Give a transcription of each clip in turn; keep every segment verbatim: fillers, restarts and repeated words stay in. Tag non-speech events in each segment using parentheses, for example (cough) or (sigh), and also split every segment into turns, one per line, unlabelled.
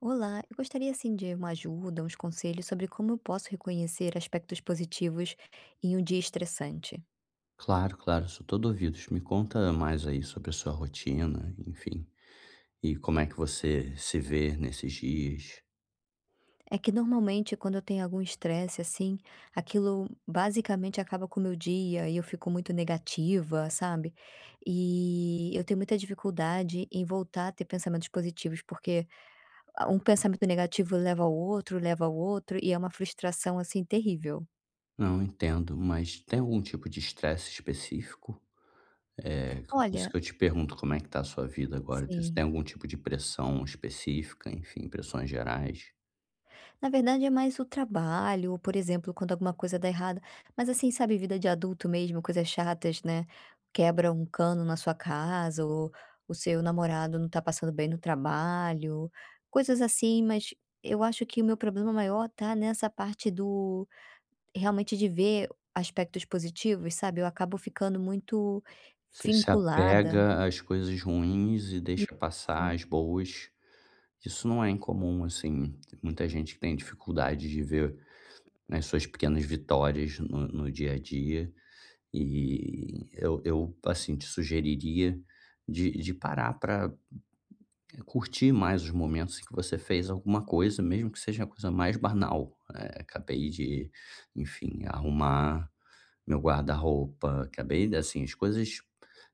Olá, eu gostaria assim de uma ajuda, uns conselhos sobre como eu posso reconhecer aspectos positivos em um dia estressante.
Claro, claro, sou todo ouvidos. Me conta mais aí sobre a sua rotina, enfim, e como é que você se vê nesses dias.
É que normalmente quando eu tenho algum estresse assim, aquilo basicamente acaba com o meu dia e eu fico muito negativa, sabe? E eu tenho muita dificuldade em voltar a ter pensamentos positivos, porque ah, um pensamento negativo leva ao outro, leva ao outro, e é uma frustração assim terrível.
Não, entendo, mas tem algum tipo de estresse específico? É, por isso
Olha,
que eu te pergunto como é que tá a sua vida agora. Tem- Se
sim.
tem algum tipo de pressão específica, enfim, pressões gerais?
Na verdade é mais o trabalho, ou por exemplo, quando alguma coisa dá errada, mas assim, sabe, vida de adulto mesmo, coisas chatas, né, quebra um cano na sua casa, ou o seu namorado não tá passando bem no trabalho, coisas assim, mas eu acho que o meu problema maior tá nessa parte do realmente de ver aspectos positivos, sabe, eu acabo ficando muito
Você se
vinculada.
apega às coisas ruins e deixa passar
Isso.
as boas. Isso não é incomum, assim. Muita gente que tem dificuldade de ver as suas pequenas vitórias no, no dia a dia. E eu, eu assim, te sugeriria de, de parar para curtir mais os momentos em que você fez alguma coisa, mesmo que seja a coisa mais banal, né? Acabei de, enfim, arrumar meu guarda-roupa, acabei assim, as coisas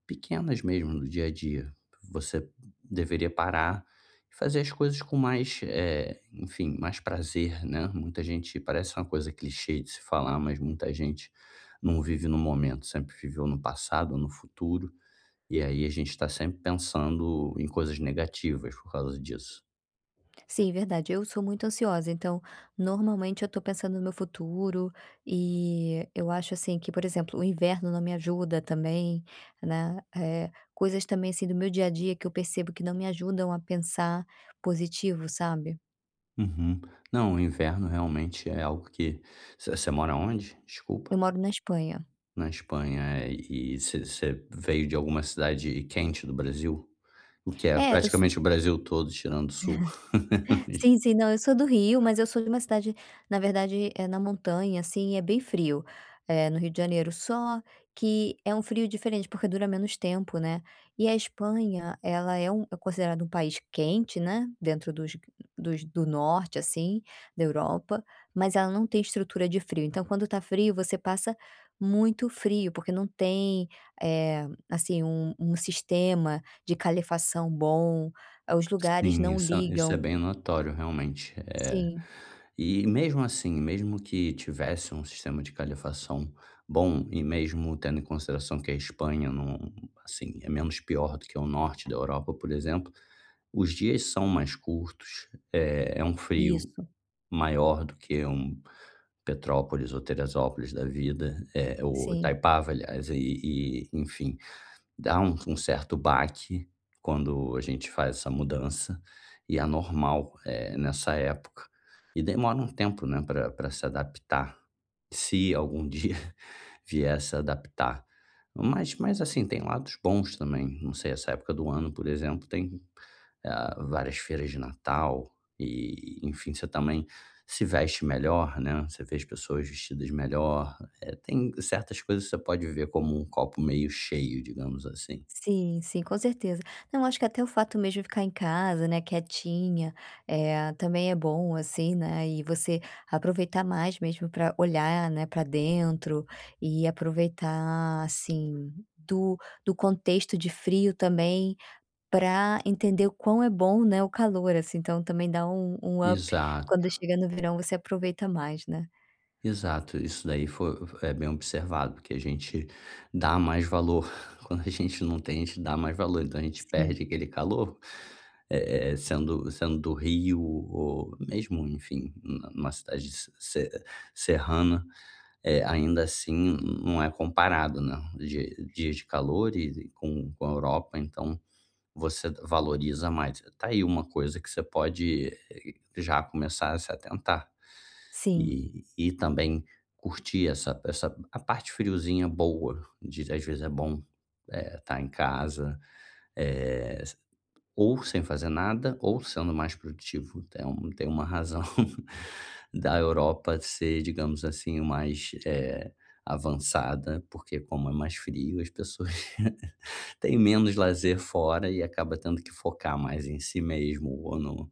pequenas mesmo do dia a dia. Você deveria parar e fazer as coisas com mais, eh, enfim, mais prazer, né. Muita gente parece uma coisa clichê de se falar, mas muita gente não vive no momento, sempre viveu no passado, no futuro, e aí a gente está sempre pensando em coisas negativas por causa disso.
Sim, verdade. Eu sou muito ansiosa, então normalmente eu tô pensando no meu futuro e eu acho assim que, por exemplo, o inverno não me ajuda também, né? Eh, coisas também assim do meu dia a dia que eu percebo que não me ajudam a pensar positivo, sabe?
Uhum. Não, o inverno realmente é algo que você você mora onde? Desculpa.
Eu moro na Espanha.
Na Espanha, é, e você veio de alguma cidade quente do Brasil? O que é
É, eu
praticamente o Brasil todo, tirando o sul. (laughs)
sim, sim. Não, eu sou do Rio, mas eu sou de uma cidade, na verdade, é na montanha, assim, e é bem frio, eh, no Rio de Janeiro. Só que é um frio diferente, porque dura menos tempo, né. E a Espanha, ela é um é considerada um país quente, né, dentro dos dos do norte, assim, da Europa, mas ela não tem estrutura de frio. Então quando tá frio, você passa muito frio, porque não tem, eh, assim, um um sistema de calefação bom, ah, os lugares
Sim,
não
isso é isso é
ligam.
bem notório, realmente. Eh,
Sim,
e mesmo assim, mesmo que tivesse um sistema de calefação bom, e mesmo tendo em consideração que a Espanha não assim, é menos pior do que o norte da Europa, por exemplo, os dias são mais curtos, eh, é um frio
isso.
maior do que um Petrópolis ou Teresópolis da vida, eh, ou
Sim,
Itaipava aliás, e e enfim, dá um um certo baque quando a gente faz essa mudança, e é normal, eh, nessa época. E demora um tempo, né, para pra se adaptar, se algum dia (laughs) vier se adaptar. Mas mas assim, tem lados bons também, não sei, essa época do ano, por exemplo, tem, eh, várias feiras de Natal e, enfim, você também se veste melhor, né, você vê as pessoas vestidas melhor, é, tem certas coisas que você pode ver como um copo meio cheio, digamos assim.
sim, sim, com certeza. Não, acho que até o fato mesmo de ficar em casa, né, quietinha, eh, também é bom, assim, né, e você aproveitar mais mesmo para olhar, né, para dentro e aproveitar, assim, do do contexto de frio também para entender o quão é bom, né, o calor, assim, então também dá um um up,
Exato,
quando chega no verão você aproveita mais, né.
exato. Isso daí foi, é bem observado, porque a gente dá mais valor. (laughs) Quando a gente não tem, a gente dá mais valor. Então a gente
Sim,
perde aquele calor, eh, eh, sendo, sendo do Rio, ou mesmo, enfim, n- numa cidade se- se- serrana, eh, ainda assim não é comparado, né? Dia- Dias de calor e e com, com a Europa, então. Você valoriza mais. Tá aí uma coisa que você pode, eh, já começar a se atentar
sim,
e e também curtir essa essa a parte friozinha boa, de às vezes é bom, eh, estar tá em casa, eh, ou sem fazer nada, ou sendo mais produtivo. Tem um tem uma razão (laughs) da Europa ser, digamos assim, mais, eh, avançada, porque como é mais frio, as pessoas (laughs) têm menos lazer fora e acaba tendo que focar mais em si mesmo ou no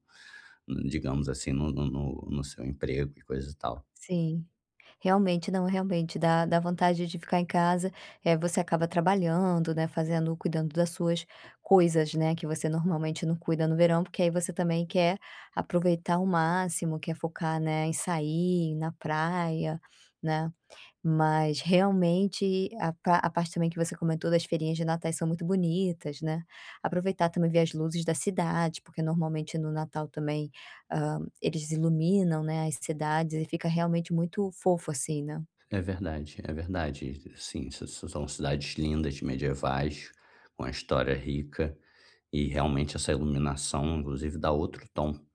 no- digamos assim, no no no no seu emprego e coisa e tal.
sim. Realmente, não, realmente, dá dá vontade de ficar em casa, é você acaba trabalhando, né, fazendo cuidando das suas coisas, né, que você normalmente não cuida no verão, porque aí você também quer aproveitar ao máximo, quer focar, né, em sair, na praia, né. Mas realmente a pa a parte também que você comentou das feirinhas de Natal são muito bonitas, né. Aproveitar também ver as luzes da cidade, porque normalmente no Natal também, hã, eles iluminam, né, as cidades e fica realmente muito fofo assim, né.
É verdade, é verdade. Sim, s s- são cidades lindas, medievais, com a história rica e realmente essa iluminação, inclusive, dá outro tom.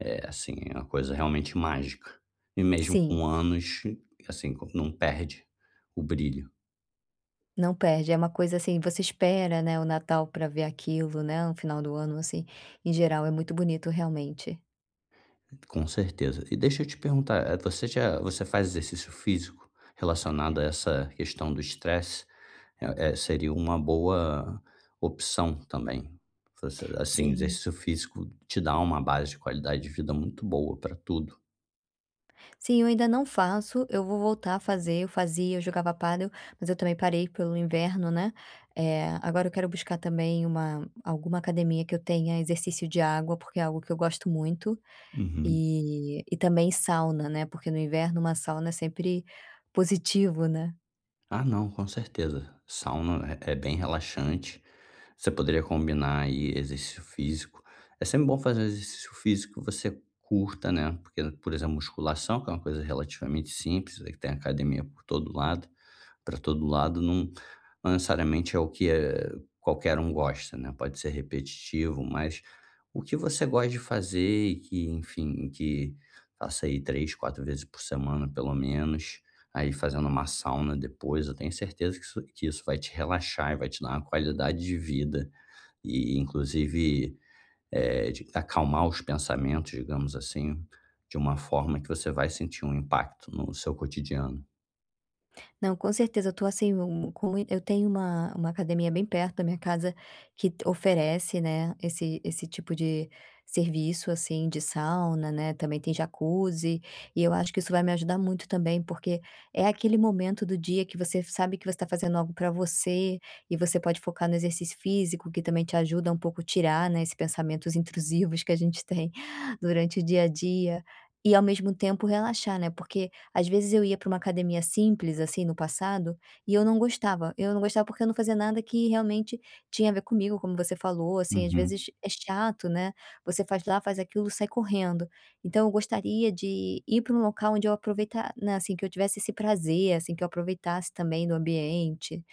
É, assim, é uma coisa realmente mágica. E mesmo
Sim,
com anos, assim, co não perde o brilho,
não perde, é uma coisa assim, você espera, né, o Natal para ver aquilo, né, no final do ano assim, em geral é muito bonito realmente.
com certeza. E deixa eu te perguntar, eh, você já você faz exercício físico relacionado a essa questão do estresse? Eh eh, seria uma boa opção também. Você assim,
Sim.
exercício físico te dá uma base de qualidade de vida muito boa para tudo.
Sim, eu ainda não faço, eu vou voltar a fazer, eu fazia, eu jogava pádel, mas eu também parei pelo inverno, né. Eh, agora eu quero buscar também uma alguma academia que eu tenha exercício de água, porque é algo que eu gosto muito,
Uhum.
e e também sauna, né, porque no inverno uma sauna é sempre positivo, né.
Ah, não, com certeza. Sauna é é bem relaxante. Você poderia combinar aí exercício físico. É sempre bom fazer um exercício físico que você curta, né? Porque, por exemplo, musculação, que é uma coisa relativamente simples, aí tem academia por todo lado, para todo lado não não necessariamente é o que, eh, qualquer um gosta, né, pode ser repetitivo, mas o que você gosta de fazer e que, enfim, que faça aí três, quatro vezes por semana pelo menos, aí fazendo uma sauna depois, eu tenho certeza que isso que isso vai te relaxar e vai te dar uma qualidade de vida e inclusive, eh, de acalmar os pensamentos, digamos assim, de uma forma que você vai sentir um impacto no seu cotidiano.
Não, com certeza, eu tô assim, um um, com mui eu tenho uma uma academia bem perto da minha casa que t oferece, né, esse esse tipo de serviço, assim, de sauna, né, também tem jacuzzi, e eu acho que isso vai me ajudar muito também, porque é aquele momento do dia que você sabe que você tá fazendo algo pra você, e você pode focar no exercício físico, que também te ajuda um pouco tirar, né, esses pensamentos intrusivos que a gente tem (laughs) durante o dia a dia, e ao mesmo tempo relaxar, né, porque às vezes eu ia para uma academia simples, assim, no passado, e eu não gostava. Eu não gostava porque eu não fazia nada que realmente tinha a ver comigo, como você falou, assim, às
Uhum.
vezes é chato, né, você faz lá, faz aquilo, sai correndo. Então eu gostaria de ir para um local onde eu aproveitar né, assim, que eu tivesse esse prazer, assim, que eu aproveitasse também do ambiente,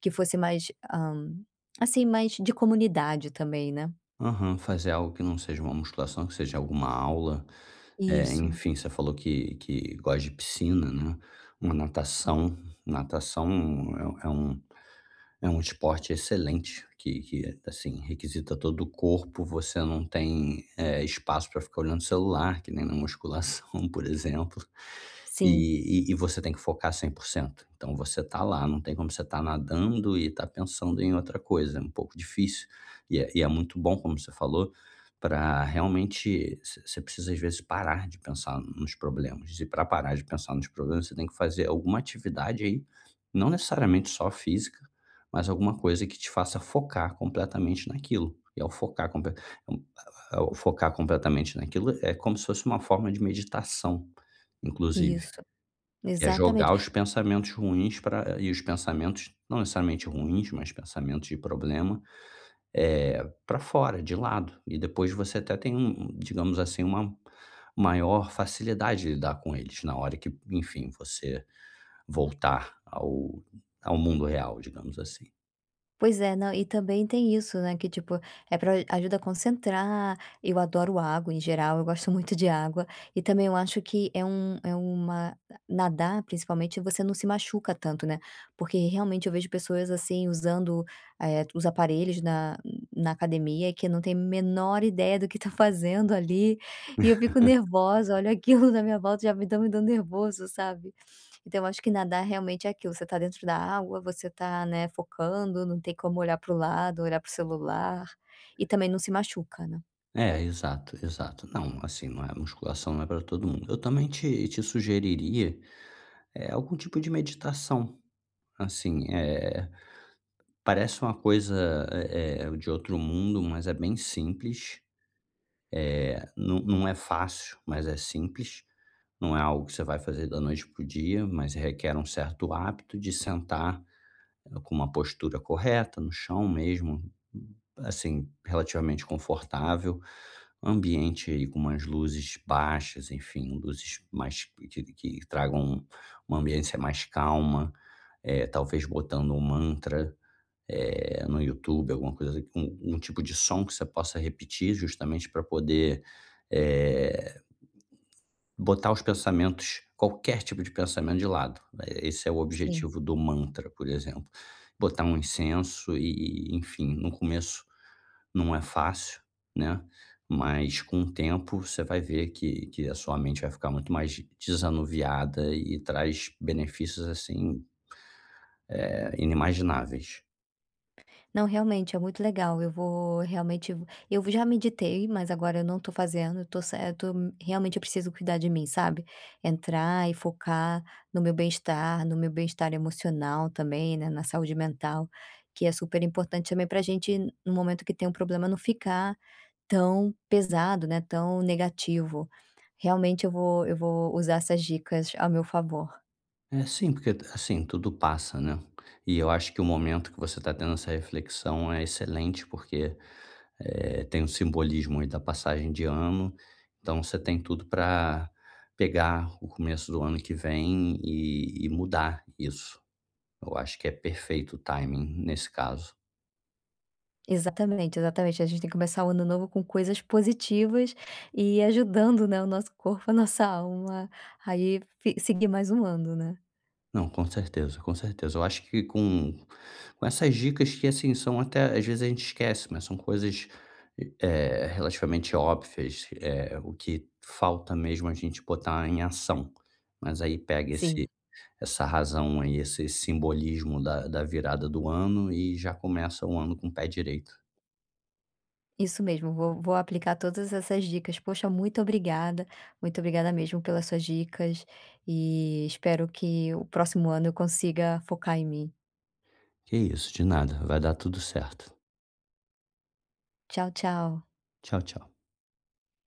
que fosse mais, hã, assim, mais de comunidade também, né.
Aham, fazer algo que não seja uma musculação, que seja alguma aula, eh,
Isso.
enfim, você falou que que gosta de piscina, né, uma natação, natação é um é um é um esporte excelente que que, assim, requisita todo o corpo, você não tem, eh, espaço para ficar olhando o celular, que nem na musculação, (laughs) por exemplo,
Sim,
e e e você tem que focar cem por cento. Então você tá lá, não tem como você tá nadando e tá pensando em outra coisa, é um pouco difícil. E é e é muito bom, como você falou, para realmente você você precisa, às vezes, parar de pensar nos problemas, e para parar de pensar nos problemas, você tem que fazer alguma atividade aí, não necessariamente só física, mas alguma coisa que te faça focar completamente naquilo. E ao focar, comple ao focar completamente naquilo, é como se fosse uma forma de meditação, inclusive,
isso.
que é
Exatamente.
jogar os pensamentos ruins para e os pensamentos, não necessariamente ruins, mas pensamentos de problema, eh, pra fora, de lado. E depois você até tem um, digamos assim, uma maior facilidade de lidar com eles na hora que, enfim, você voltar ao ao mundo real, digamos assim.
Pois é, não, e também tem isso, né, que tipo, é pra ajuda a concentrar, eu adoro água em geral, eu gosto (laughs) muito de água, e também eu acho que é um é uma nadar principalmente você não se machuca tanto, né, porque realmente eu vejo pessoas assim usando, eh, os aparelhos na na academia que não tem a menor ideia do que tá (laughs) fazendo ali, e eu fico nervosa, olha aquilo na minha volta já me tá me dando nervoso, sabe. Então eu acho que nadar realmente é aquilo, você tá dentro da água, você tá, né, focando, não tem como olhar para o lado, olhar para o celular, e também não se machuca, né.
É, exato, exato. Não, assim, não é musculação não é para todo mundo. Eu também te te sugeriria, eh, algum tipo de meditação, assim, eh, parece uma coisa, eh eh, de outro mundo, mas é bem simples, eh, não não é fácil, mas é simples, não é algo que você vai fazer da noite para o dia, mas requer um certo hábito de sentar, eh, com uma postura correta, no chão mesmo, assim, relativamente confortável, ambiente aí com umas luzes baixas, enfim, luzes mais que, que tragam uma ambiência mais calma, eh, talvez botando um mantra, eh, no YouTube, alguma coisa, um, um tipo de som que você possa repetir justamente para poder. É, botar os pensamentos, qualquer tipo de pensamento de lado. Eh, esse é o
Sim.
objetivo do mantra, por exemplo. Botar um incenso e e enfim, no começo não é fácil, né, mas com o tempo você vai ver que que a sua mente vai ficar muito mais desanuviada e traz benefícios, assim, eh, inimagináveis.
Não, realmente é muito legal, eu vou realmente eu já meditei, mas agora eu não tô fazendo, eu tô se eu tô realmente eu preciso cuidar de mim, sabe. Entrar e focar no meu bem-estar, no meu bem-estar emocional também, né, na saúde mental, que é super importante também pra gente, no momento que tem um problema, não ficar tão pesado, né, tão negativo. Realmente eu vou eu vou usar essas dicas a meu favor.
É, sim, porque assim, tudo passa, né? E eu acho que o momento que você está tendo essa reflexão é excelente, porque eh, tem um simbolismo aí da passagem de ano, então você tem tudo para pegar o começo do ano que vem e, e mudar isso. Eu acho que é perfeito o timing nesse caso.
Exatamente, exatamente. A gente tem que começar o ano novo com coisas positivas e ajudando, né, o nosso corpo, a nossa alma, aí fi seguir mais um ano, né.
Não, com certeza, com certeza. Eu acho que com, com essas dicas que, assim, são até, às vezes a gente esquece, mas são coisas, eh, relativamente óbvias, eh, o que falta mesmo a gente botar em ação. Mas aí pega esse,
Sim,
essa razão aí, esse simbolismo da, da virada do ano e já começa o ano com o pé direito.
isso mesmo, vou vou aplicar todas essas dicas. Poxa, muito obrigada, muito obrigada mesmo pelas suas dicas e espero que o próximo ano eu consiga focar em mim.
Que isso, de nada. Vai dar tudo certo.
Tchau, tchau.
Tchau, tchau.